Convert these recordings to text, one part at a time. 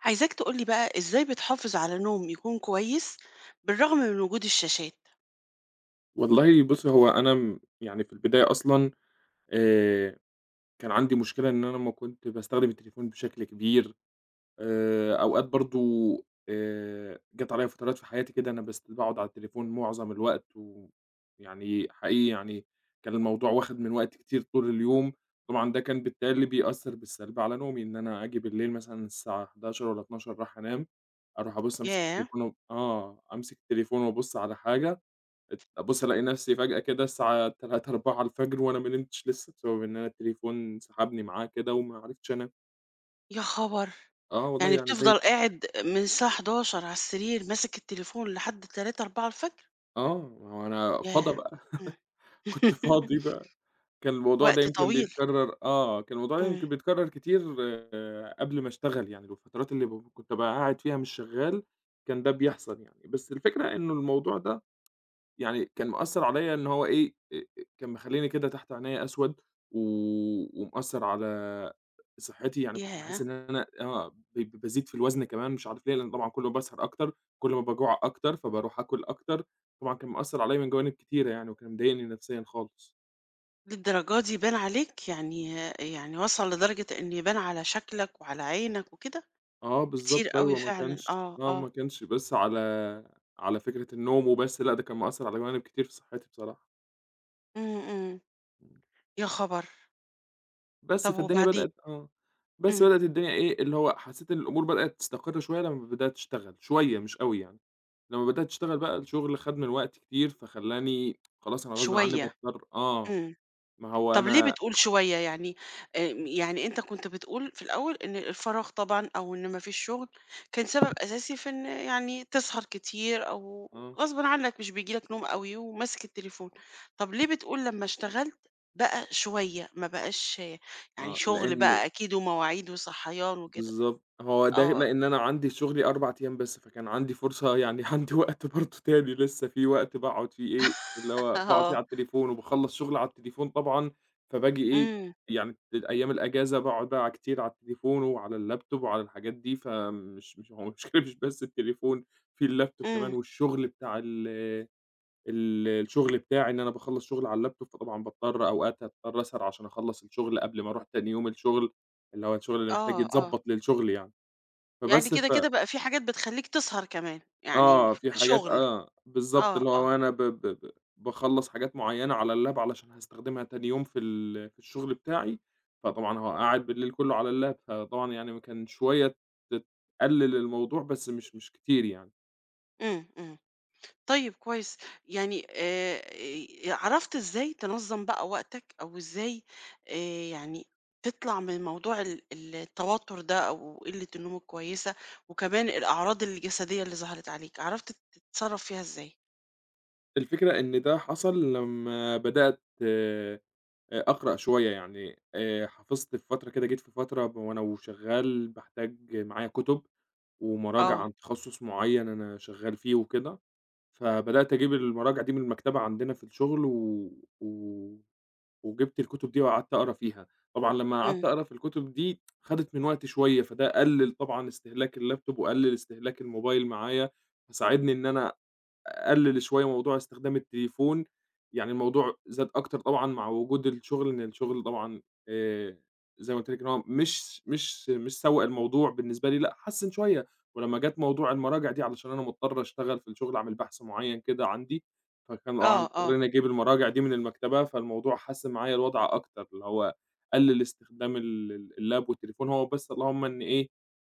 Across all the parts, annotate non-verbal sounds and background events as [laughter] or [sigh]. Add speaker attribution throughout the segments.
Speaker 1: عايزاك تقول لي بقى إزاي بتحافظ على نوم يكون كويس بالرغم من وجود الشاشات؟
Speaker 2: والله بُصّي، هو أنا يعني في البداية أصلًا آآ، كان عندي مشكلة إن أنا أمّا كنت باستخدم التليفون بشكل كبير. أوقات برضه جات عليَّ فترات في حياتي كده أنا باقعد على التليفون معظم الوقت، ويعني حقيقي يعني كان الموضوع واخد من وقت كتير طول اليوم. طبعًا ده كان بالتالي بيأثّر بالسلب على نومي، إن أنا آجي بالليل مثلًا الساعة 23:00 والّا 00:00 رايح أنام، أروح أبُص
Speaker 1: ياه!
Speaker 2: أمسك التليفون وأبُص على حاجة، أبُص ألاقي نفسي فجأة كده الساعة 3، 4:00 وأنا ما نمتش لسه، بسبب إن أنا التليفون سحبني معاه كده وما عرفتش أنام.
Speaker 1: يا خبر!
Speaker 2: آه والله
Speaker 1: يعني
Speaker 2: يعني زي
Speaker 1: بتفضل قاعد من الساعة 11:00 على السرير ماسك التليفون لحد 3، 4:00 الفجر؟
Speaker 2: آه، ما هو أنا فضا
Speaker 1: ياه!
Speaker 2: بقى،
Speaker 1: إمم.
Speaker 2: [laughs] كنت فاضي
Speaker 1: [laughs]
Speaker 2: بقى.
Speaker 1: وقت طويل.
Speaker 2: كان الموضوع ده
Speaker 1: إمم.
Speaker 2: يمكن بيتكرر كتير. آه، قبل ما أشتغل يعني، الفترات اللي كنت أبقى قاعد فيها مش شغال، كان ده بيحصل يعني. بس الفكرة إنه الموضوع ده يعني كان مأثّر عليَّ إن هو إيه، كان مخلّيني كده تحت عينيّا أسود و ومأثّر على صحّتي. يعني كنت باحس
Speaker 1: ياه!
Speaker 2: إن أنا ب ب بازيد في الوزن كمان مش عارف ليه، لإن طبعًا كل ما باسهر أكتر، كل ما باجوع أكتر، فباروح آكل أكتر. طبعًا كان مأثّر عليَّ من جوانب كتيرة يعني وكان مضايقني نفسيًا خالص.
Speaker 1: للدرجة دي بان عليك؟ يعني، وصل لدرجة إن يبان على شكلك وعلى عينك وكده؟
Speaker 2: آه، بالضبط،
Speaker 1: كتير أوي
Speaker 2: أيوه،
Speaker 1: فعلًا. آه، آه.
Speaker 2: ما كانش بس على فكرة النوم وبس، لأ، ده كان مأثّر على جوانب كتير في صحّتي بصراحة.
Speaker 1: إمم، إمم. يا خبر!
Speaker 2: بس
Speaker 1: طب
Speaker 2: فالدنيا
Speaker 1: وبعدين؟
Speaker 2: بدأت آه، بس
Speaker 1: إمم.
Speaker 2: بدأت الدنيا إيه، اللي هو حسّيت إن الأمور بدأت تستقر شوية لمّا بدأت أشتغل، شوية مش أوي يعني. لمّا بدأت أشتغل بقى الشغل خَد من وقتي كتير، فخلّاني خلاص أنا غصبٍ عني
Speaker 1: شوية.
Speaker 2: باضطر.
Speaker 1: إمم.
Speaker 2: ما هو
Speaker 1: طب ليه
Speaker 2: أنا
Speaker 1: بتقول شوية يعني؟ يعني أنت كنت بتقول في الأول إن الفراغ طبعًا أو إن ما فيش شغل كان سبب أساسي في إن يعني تسهر كتير أو
Speaker 2: آه،
Speaker 1: غصبٍ عنك مش بييجي لك نوم أوي وماسك التليفون. طب ليه بتقول لمّا اشتغلت بقى شوية ما بقاش؟ يعني شغل
Speaker 2: لإنه
Speaker 1: بقى أكيد ومواعيد وصحيان وكده؟
Speaker 2: بالضبط، هو ده
Speaker 1: آه،
Speaker 2: لإن أنا عندي شغلي 4 أيام بس، فكان عندي فرصة يعني [laughs] عندي وقت برضه تاني لسه، في وقت باقعد فيه إيه، اللي
Speaker 1: [laughs]
Speaker 2: هو باقعد فيه
Speaker 1: آه،
Speaker 2: على التليفون وباخلّص شغل على التليفون طبعًا، فباجي إيه،
Speaker 1: إمم،
Speaker 2: يعني أيام الأجازة باقعد بقى كتير على التليفون وعلى اللابتوب وعلى الحاجات دي. فمش مش هو المشكلة مش بس التليفون، في اللابتوب
Speaker 1: إمم،
Speaker 2: كمان، والشغل بتاع ال ال الشغل بتاعي إن أنا باخلّص شغل على اللابتوب، فطبعًا باضطر أوقات أضطر أسهر عشان أخلّص الشغل قبل ما أروح تاني يوم الشغل، اللي هو الشغل اللي محتاج
Speaker 1: آه، آه،
Speaker 2: يتضبّط للشغل يعني.
Speaker 1: يعني
Speaker 2: فبس ف
Speaker 1: كده بقى في حاجات بتخلّيك تسهر كمان، يعني
Speaker 2: آه، في حاجات،
Speaker 1: شغل،
Speaker 2: بالضبط،
Speaker 1: آه،
Speaker 2: اللي
Speaker 1: آه،
Speaker 2: هو أنا ب ب ب باخلّص حاجات معيّنة على اللاب علشان هاستخدمها تاني يوم في الشغل بتاعي، فطبعًا هابقى قاعد بالليل كُلّه على اللاب. فطبعًا يعني كان شوية ت تقلِّل الموضوع بس مش كتير يعني.
Speaker 1: إمم، إمم. طيب كويس، يعني عرفت إزاي تنظّم بقى وقتك أو إزاي؟ آآ يعني تطلع من موضوع التوتر ده أو قِلّة النوم الكويسة وكمان الأعراض الجسدية اللي ظهرت عليك، عرفت تتصرّف فيها إزاي؟
Speaker 2: الفكرة إن ده حصل لمّا بدأت أقرأ شوية يعني، حفظت في فترة كده، جيت في فترة وأنا وشغّال باحتاج معايا كُتب ومراجع
Speaker 1: آه،
Speaker 2: عن تخصُّص معيّن أنا شغّال فيه وكده. فبدأت أجيب المراجع دي من المكتبة عندنا في الشغل و و وجِبت الكُتب دي وقعدت أقرا فيها. طبعًا لمّا
Speaker 1: إمم،
Speaker 2: قعدت أقرا في الكُتب دي خدت من وقتي شوية، فده قلِّل طبعًا استهلاك اللاب توب وقلِّل استهلاك الموبايل معايا، فساعدني إن أنا أقلل شوية موضوع استخدام التليفون. يعني الموضوع زاد أكتر طبعًا مع وجود الشغل، إن الشغل طبعًا آآ زي ما قُلت لِك إن هو مش سوّى الموضوع بالنسبة لي، لأ حسّن شوية. ولمّا جات موضوع المراجع دي علشان أنا مضطر أشتغل في الشغل أعمل بحث معيّن كده عندي، فكان طبعًا
Speaker 1: آه، آه،
Speaker 2: مضطر إنّي أجيب المراجع دي من المكتبة، فالموضوع حسّن معايا الوضع أكتر، اللي هو قلّل استخدام ال ال اللاب والتليفون، هو بس اللهم إن إيه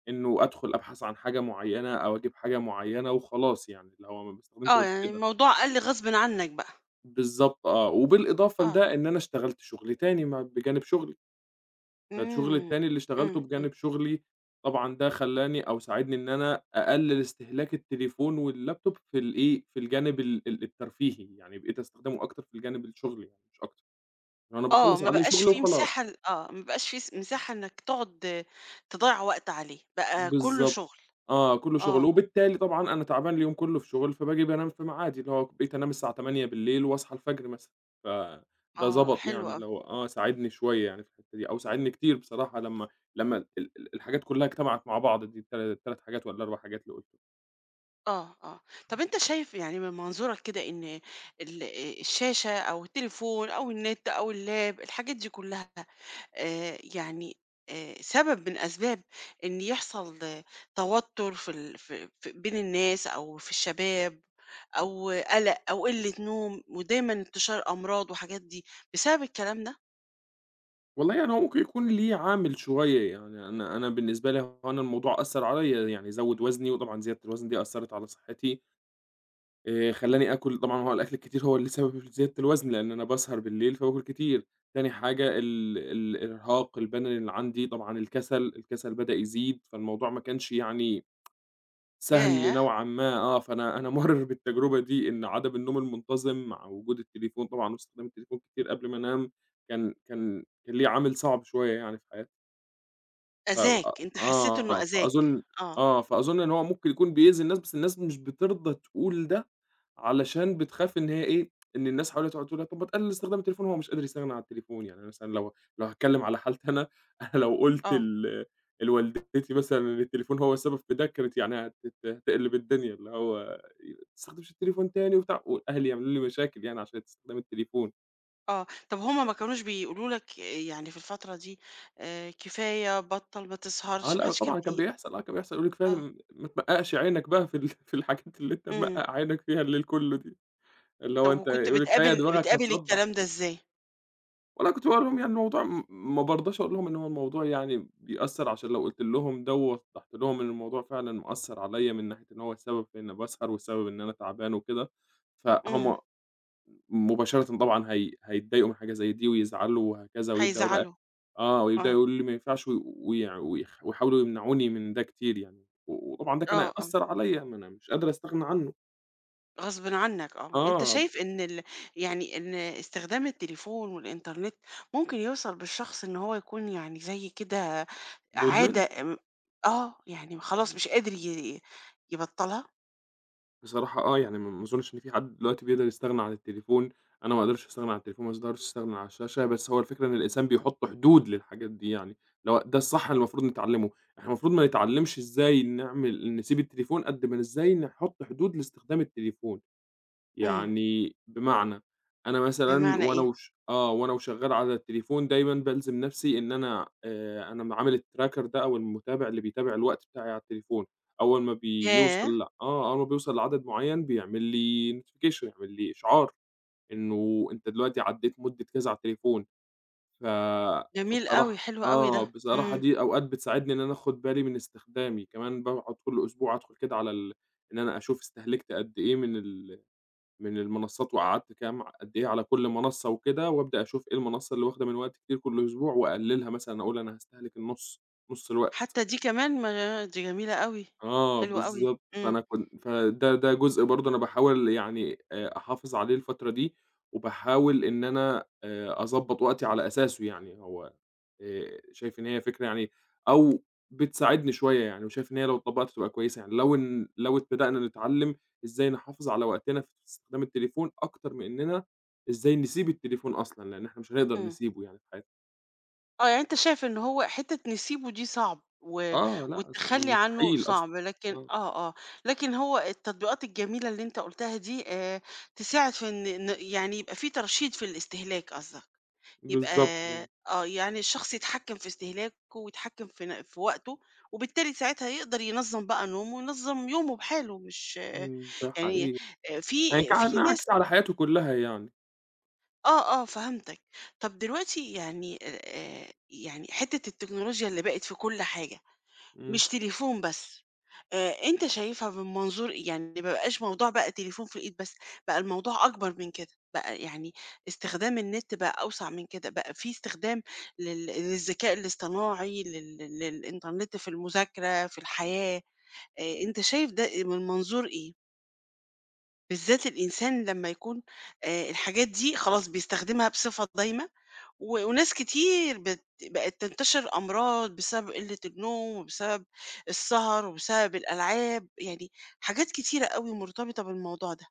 Speaker 2: إنه أدخل أبحث عن حاجة معيّنة أو أجيب حاجة معيّنة وخلاص يعني، اللي هو ما باستخدمش
Speaker 1: آه،
Speaker 2: غير
Speaker 1: يعني
Speaker 2: كده.
Speaker 1: الموضوع قَل غصبٍ عنّك بقى،
Speaker 2: بالضبط آه، وبالإضافة
Speaker 1: آه،
Speaker 2: لده إن أنا اشتغلت شغل تاني ما بجانب شغلي، فالشغل
Speaker 1: إمم،
Speaker 2: التاني اللي
Speaker 1: إمم،
Speaker 2: اشتغلته
Speaker 1: إمم،
Speaker 2: بجانب شغلي طبعًا ده خلّاني أو ساعدني إن أنا أقلل استهلاك التليفون واللابتوب في الجانب ال ال الترفيهي، يعني بقيت أستخدمه أكتر في الجانب الشغلي، يعني مش أكتر، إن أنا
Speaker 1: آه،
Speaker 2: باخلّص
Speaker 1: ما
Speaker 2: عليه
Speaker 1: بقاش
Speaker 2: شغل
Speaker 1: في مساحة
Speaker 2: وخلاص.
Speaker 1: ل آه، ما بقاش في مساحة إنّك تقعد تضيّع وقت عليه، بقى كُلّه
Speaker 2: بالضبط،
Speaker 1: شُغل،
Speaker 2: آه، كلّه شغل،
Speaker 1: آه،
Speaker 2: وبالتالي طبعًا أنا تعبان اليوم كلّه في شغل، فباجي بانام في ميعادي، اللي هو بقيت أنام الساعة 20:00 واصحى الفجر مثلًا. فده
Speaker 1: آه،
Speaker 2: ضبط
Speaker 1: حلو
Speaker 2: يعني،
Speaker 1: أوي.
Speaker 2: اللي هو ساعدني شوية يعني في الحتّة دي، أو ساعدني كتير بصراحة، لمّا لمّا ال ال الحاجات كلّها اجتمعت مع بعض دي، ال3 حاجات والّا 4 حاجات اللي قُلتهم.
Speaker 1: آه، آه. طَب أنت شايف يعني من منظورك كده إن ال الشاشة أو التليفون أو النت أو اللاب، الحاجات دي كلّها يعني سبب من أسباب إن يحصل آه، توتُّر في بين الناس أو في الشباب أو قَلَق أو قِلّة نوم ودايمًا انتشار أمراض وحاجات دي بسبب الكلام ده؟
Speaker 2: والله يعني هو ممكن يكون ليه عامل شوية، يعني أنا بالنسبة لي، هو أنا الموضوع أثّر عليّا، يعني زوّد وزني، وطبعًا زيادة الوزن دي أثّرت على صحّتي. خلّاني آكل، طبعًا هو الأكل الكتير هو اللي سبب في زيادة الوزن، لإن أنا باسهر بالليل فباكل كتير. تاني حاجة الإرهاق البدني اللي عندي، طبعًا الكسل، بدأ يزيد، فالموضوع ما كانش يعني سهل
Speaker 1: ياه!
Speaker 2: نوعًا ما. فأنا أنا مُرّ [laughs] بالتجربة دي، إن عدم النوم المنتظم مع وجود التليفون طبعًا واستخدام التليفون كتير قبل ما أنام، كان ليه عامل صعب شوية يعني في حياتي. ف أ
Speaker 1: أذاك، أنت حسّيت إنه
Speaker 2: آه،
Speaker 1: أذاك. آه،
Speaker 2: فأظن إن هو ممكن يكون بيأذي الناس، بس الناس مش بترضى تقول ده، علشان بتخاف، إن هي إيه، إن الناس حواليها تقعد تقول لها طب ما تقلل استخدام التليفون، هو مش قادر يستغنى عن التليفون. يعني أنا مثلًا لو، هاتكلم على حالتي أنا. [laughs] أنا لو قُلت
Speaker 1: آه.
Speaker 2: لوالدتي مثلًا إن التليفون هو السبب في ده، كانت يعني هتقلب الدنيا، اللي هو ما تستخدمش التليفون تاني وبتاع، وأهلي يعملوا لي مشاكل يعني عشان استخدام التليفون.
Speaker 1: آه، طب هُم ما كانوش بيقولوا لك آه، يعني في الفترة دي كفاية بطّل ما
Speaker 2: آه،
Speaker 1: تسهرش، ما
Speaker 2: لأ
Speaker 1: حدش كان
Speaker 2: طبعًا كان بيحصل يقول لِك فيها
Speaker 1: آه،
Speaker 2: ما تمقّقش عينك بقى في ال [laughs] في الحاجات اللي أنت
Speaker 1: إمم،
Speaker 2: ممقّق عينك فيها الليل كلّه دي، اللي هو
Speaker 1: طب
Speaker 2: أنت
Speaker 1: وكنت
Speaker 2: يقول لِك كفاية
Speaker 1: بتقابل
Speaker 2: دماغك
Speaker 1: بتقابل
Speaker 2: هتصدّع.
Speaker 1: الكلام ده إزاي؟
Speaker 2: وأنا كنت باقول لهم يعني، الموضوع ما بارضاش أقول لهم إن هو الموضوع يعني بيأثّر، عشان لو قُلت لهم ده ووضّحت لهم إن الموضوع فعلًا مأثّر عليَّ من ناحية إن هو السبب في إني باسهر والسبب إن أنا تعبان وكده،
Speaker 1: إمم،
Speaker 2: فهُم مباشرةً طبعًا هيتضايقوا من حاجة زي دي ويزعلوا وهكذا، ويبدأوا بقى
Speaker 1: هيزعلوا،
Speaker 2: آه، ويبدأوا
Speaker 1: آه،
Speaker 2: يقولوا لي ما ينفعش، و ويع ويخ ويحاولوا يمنعوني من ده كتير يعني. و وطبعًا ده كان
Speaker 1: آه، آه،
Speaker 2: هيأثّر عليّا، ما أنا مش قادر أستغنى عنّه.
Speaker 1: غصبٍ عنك آه، أنت
Speaker 2: آه،
Speaker 1: شايف إن يعني إن استخدام التليفون والإنترنت ممكن يوصل بالشخص إن هو يكون يعني زي كده
Speaker 2: مُدمنه.
Speaker 1: عادة م آه، يعني خلاص
Speaker 2: إمم.
Speaker 1: مش قادر يبطّلها؟
Speaker 2: بصراحة يعني، ما أظنش إن في حد دلوقتي بيقدر يستغنى عن التليفون. أنا ما أقدرش أستغنى عن التليفون، ما أقدرش أستغنى عن الشاشة. بس هو الفكرة إن الإنسان بيحط حدود للحاجات دي يعني، اللي هو ده الصح اللي المفروض نتعلمه. إحنا المفروض ما نتعلمش إزاي نعمل نسيب التليفون، قد ما إزاي نحط حدود لاستخدام التليفون.
Speaker 1: إمم،
Speaker 2: يعني بمعنى، أنا مثلًا
Speaker 1: بمعنى
Speaker 2: وأنا
Speaker 1: إيه؟
Speaker 2: وش آه، وأنا وشغّال على التليفون دايمًا بالزم نَفْسي إن أنا، أنا م عامل الtracker ده أو المتابع اللي بيتابع الوقت بتاعي على التليفون.
Speaker 1: ياه!
Speaker 2: أول ما بيوصل لعدد معيّن بيعمل لي notification، يعمل لي إشعار إنه أنت دلوقتي عدّيت مدة كذا على التليفون. ف
Speaker 1: جميل
Speaker 2: فبصراحة
Speaker 1: أوي، حلو أوي
Speaker 2: آه،
Speaker 1: ده،
Speaker 2: بصراحة
Speaker 1: إمم،
Speaker 2: دي أوقات بتساعدني إن أنا آخُد بالي من استخدامي. كمان باقعد كل أسبوع أدخُل كده على ال إن أنا أشوف استهلكت قد إيه من المنصات وقعدت كام قد إيه على كل منصة وكده، وأبدأ أشوف إيه المنصة اللي واخدة من وقتي كتير كل أسبوع وأقللها، مثلًا أقول أنا هاستهلك نُص الوقت.
Speaker 1: حتى دي كمان ما دي جميلة أوي،
Speaker 2: آه،
Speaker 1: حلوة أوي،
Speaker 2: بالضبط.
Speaker 1: إمم،
Speaker 2: فأنا كنت فده ده جزء برضه أنا باحاول يعني أحافظ عليه الفترة دي، وباحاول إن أنا أضبّط وقتي على أساسه يعني. هو شايف إن هي فكرة يعني، أو بتساعدني شوية يعني، وشايف إن هي لو اتطبّقت تبقى كويسة يعني، لو ابتدأنا نتعلّم إزاي نحافظ على وقتنا في استخدام التليفون أكتر من إننا إزاي نسيب التليفون أصلًا، لإن إحنا مش هنقدر
Speaker 1: إمم،
Speaker 2: نسيبه يعني في حياتنا.
Speaker 1: آه، يعني أنت شايف إن هو حتة نسيبه دي صعب و
Speaker 2: آه، لأ، س م
Speaker 1: والتخلّي عنه
Speaker 2: مستحيل أصلًا.
Speaker 1: صعب، لكن
Speaker 2: آه،
Speaker 1: آه، آه، لكن هو التطبيقات الجميلة اللي أنت قُلتها دي تساعد في إن يعني يبقى في ترشيد في الاستهلاك قصدك. يبقى
Speaker 2: بالضبط، آه،
Speaker 1: آه، يعني الشخص يتحكم في استهلاكه ويتحكم في وقته، وبالتالي ساعتها يقدر ينظّم بقى نومه وينظّم يومه بحاله مش آه،
Speaker 2: إمم، ده
Speaker 1: يعني
Speaker 2: حقيقي. يعني
Speaker 1: في
Speaker 2: كان
Speaker 1: ناس،
Speaker 2: عكس على حياته كلّها يعني.
Speaker 1: آه، آه فهمتك. طب دلوقتي يعني يعني حتّة التكنولوجيا اللي بقت في كل حاجة
Speaker 2: إمم،
Speaker 1: مش تليفون بس، أنت شايفها من منظور إيه؟ يعني ما بقاش موضوع بقى تليفون في الإيد بس، بقى الموضوع أكبر من كده، بقى يعني استخدام النت بقى أوسع من كده، بقى في استخدام للذكاء الاصطناعي، للإنترنت في المذاكرة، في الحياة، أنت شايف ده من منظور إيه؟ بالذات الإنسان لمّا يكون الحاجات دي خلاص بيستخدمها بصفة دايمة؟ وناس كتير بقت تنتشر أمراض بسبب قلة النوم، وبسبب السهر، وبسبب الألعاب، يعني حاجات كتيرة أوي مرتبطة بالموضوع ده.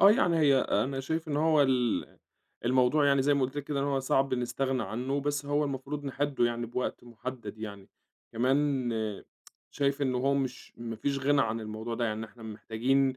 Speaker 2: آه، يعني هي أنا شايف إن هو الموضوع يعني زي ما قُلت لِك كده، إن هو صعب نستغنى عنّه، بس هو المفروض نحدّه يعني بوقت محدد يعني. كمان شايف إن هو، مش ما فيش غنى عن الموضوع ده، يعني إحنا محتاجين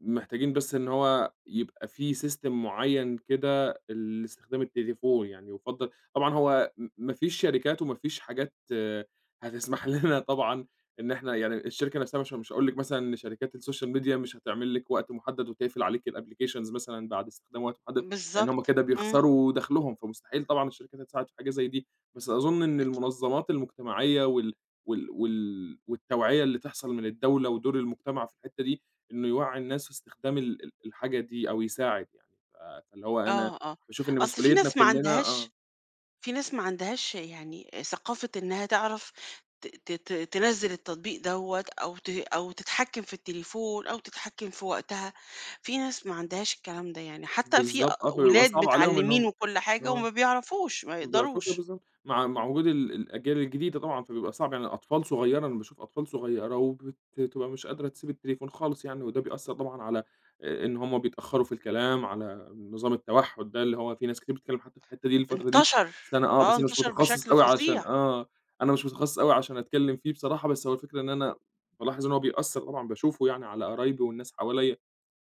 Speaker 2: محتاجين بس إن هو يبقى في system معيّن كده لاستخدام التليفون. يعني يُفضّل طبعًا، هو ما فيش شركات وما فيش حاجات هتسمح [laughs] لنا طبعًا إن إحنا، يعني الشركة نفسها مش هاقول لِك مثلًا إن شركات السوشيال ميديا مش هتعمل لِك وقت محدد وتقفل عليكِ الapplications مثلًا بعد استخدام وقت محدد، لإن هم
Speaker 1: بالضبط،
Speaker 2: كده
Speaker 1: إمم،
Speaker 2: بيخسروا دخلهم، فمستحيل طبعًا الشركات هتساعد في حاجة زي دي. بس أظن إن
Speaker 1: أكيد.
Speaker 2: المنظمات المجتمعية والتوعية اللي تحصل من الدولة ودور المجتمع في الحتّة دي، إنه يوعّي الناس في استخدام ال ال الحاجة دي أو يساعد يعني، فاللي هو أنا
Speaker 1: آه، آه،
Speaker 2: باشوف إن
Speaker 1: أصل في
Speaker 2: مسؤوليتنا
Speaker 1: ناس ما
Speaker 2: كُلّنا آه،
Speaker 1: عندهاش، يعني ثقافة إنها تعرف تنزل التطبيق دوت، أو أو تتحكم في التليفون أو تتحكم في وقتها. في ناس ما عندهاش الكلام ده، يعني حتى في
Speaker 2: بالضبط آه، فبيبقى
Speaker 1: ولاد
Speaker 2: صعب عليهم إن
Speaker 1: متعلمين
Speaker 2: هم
Speaker 1: وكل حاجة
Speaker 2: آه.
Speaker 1: وما بيعرفوش ما
Speaker 2: ما بيعرفوش،
Speaker 1: يقدروش.
Speaker 2: بالضبط، مع وجود الأجيال الجديدة طبعًا، فبيبقى صعب يعني، أطفال صغيّرة، أنا باشوف أطفال صغيّرة بتبقى مش قادرة تسيب التليفون خالص يعني، وده بيأثّر طبعًا على، إن هُم بيتأخّروا في الكلام، على نظام التوحُّد ده اللي هو في ناس كتير بتتكلّم حتى في الحتّة دي الفترة دي.
Speaker 1: انتشر اه
Speaker 2: بس أنا مش
Speaker 1: انتشر
Speaker 2: متخصّص
Speaker 1: بشكل
Speaker 2: أوي عشان
Speaker 1: فظيع.
Speaker 2: آه، أنا مش متخصّص أوي عشان أتكلّم فيه بصراحة. بس هو الفكرة إن أنا بالاحظ إن هو بيأثّر طبعًا، باشوفه يعني على قرايبي والناس حواليّا،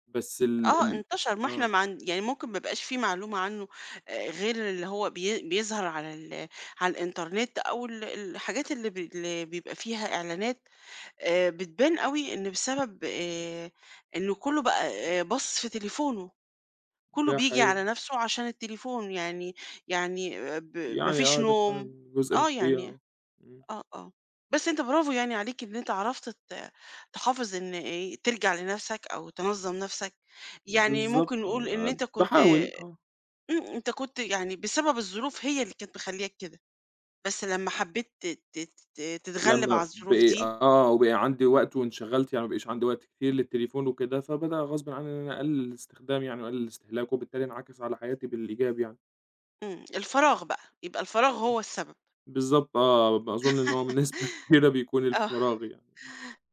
Speaker 2: بس ال
Speaker 1: اه
Speaker 2: ال
Speaker 1: انتشر، ما احنا
Speaker 2: آه،
Speaker 1: ما عن، يعني ممكن ما بقاش في معلومة عنه، آه، غير اللي هو بيظهر على الانترنت، او الحاجات اللي بيبقى فيها اعلانات، بتبان أوي إن بسبب إنه كُلّه بقى باصص في تليفونه، كُلّه
Speaker 2: ده
Speaker 1: بييجي
Speaker 2: حقيقي،
Speaker 1: على نَفْسه عشان التليفون، يعني آه، ما
Speaker 2: يعني
Speaker 1: فيش
Speaker 2: ده
Speaker 1: نوم،
Speaker 2: فعلًا جزء من
Speaker 1: آه،
Speaker 2: الحقيقة
Speaker 1: يعني
Speaker 2: آه. إمم.
Speaker 1: آه، آه. بس أنت برافو يعني عليك إن أنت عرفت تحافظ إن ترجع لنَفْسك أو تنظّم نَفْسك، يعني
Speaker 2: بالضبط
Speaker 1: ممكن
Speaker 2: آه،
Speaker 1: نقول إن
Speaker 2: يعني
Speaker 1: أنت كنت،
Speaker 2: باحاول، آه،
Speaker 1: أنت كنت يعني بسبب الظروف هي اللي كانت مخلّياك كده، بس لمّا حبّيت ت ت ت تتغلِّب
Speaker 2: لمّا
Speaker 1: على الظروف
Speaker 2: بقي
Speaker 1: دي،
Speaker 2: آه، وبقى عندي وقت وانشغلت، يعني ما بقيش عندي وقت كتير للتليفون وكده، فبدأ غصبٍ عني إن أنا أقلل استخدامه يعني وأقلل استهلاكه، وبالتالي انعكس على حياتي بالإيجاب يعني.
Speaker 1: إمم، الفراغ بقى، يبقى الفراغ هو السبب.
Speaker 2: بالضبط آه، أظن إن هو بنسبة [laughs] كبيرة بيكون
Speaker 1: آه،
Speaker 2: الفراغ يعني.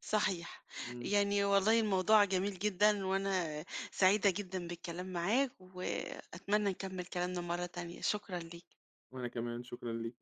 Speaker 1: صحيح.
Speaker 2: إمم،
Speaker 1: يعني والله الموضوع جميل جدًا، وأنا سعيدة جدًا بالكلام معاك، وأتمنى نكمّل كلامنا مرّة تانية، شكرًا ليك.
Speaker 2: وأنا كمان شكرًا ليك.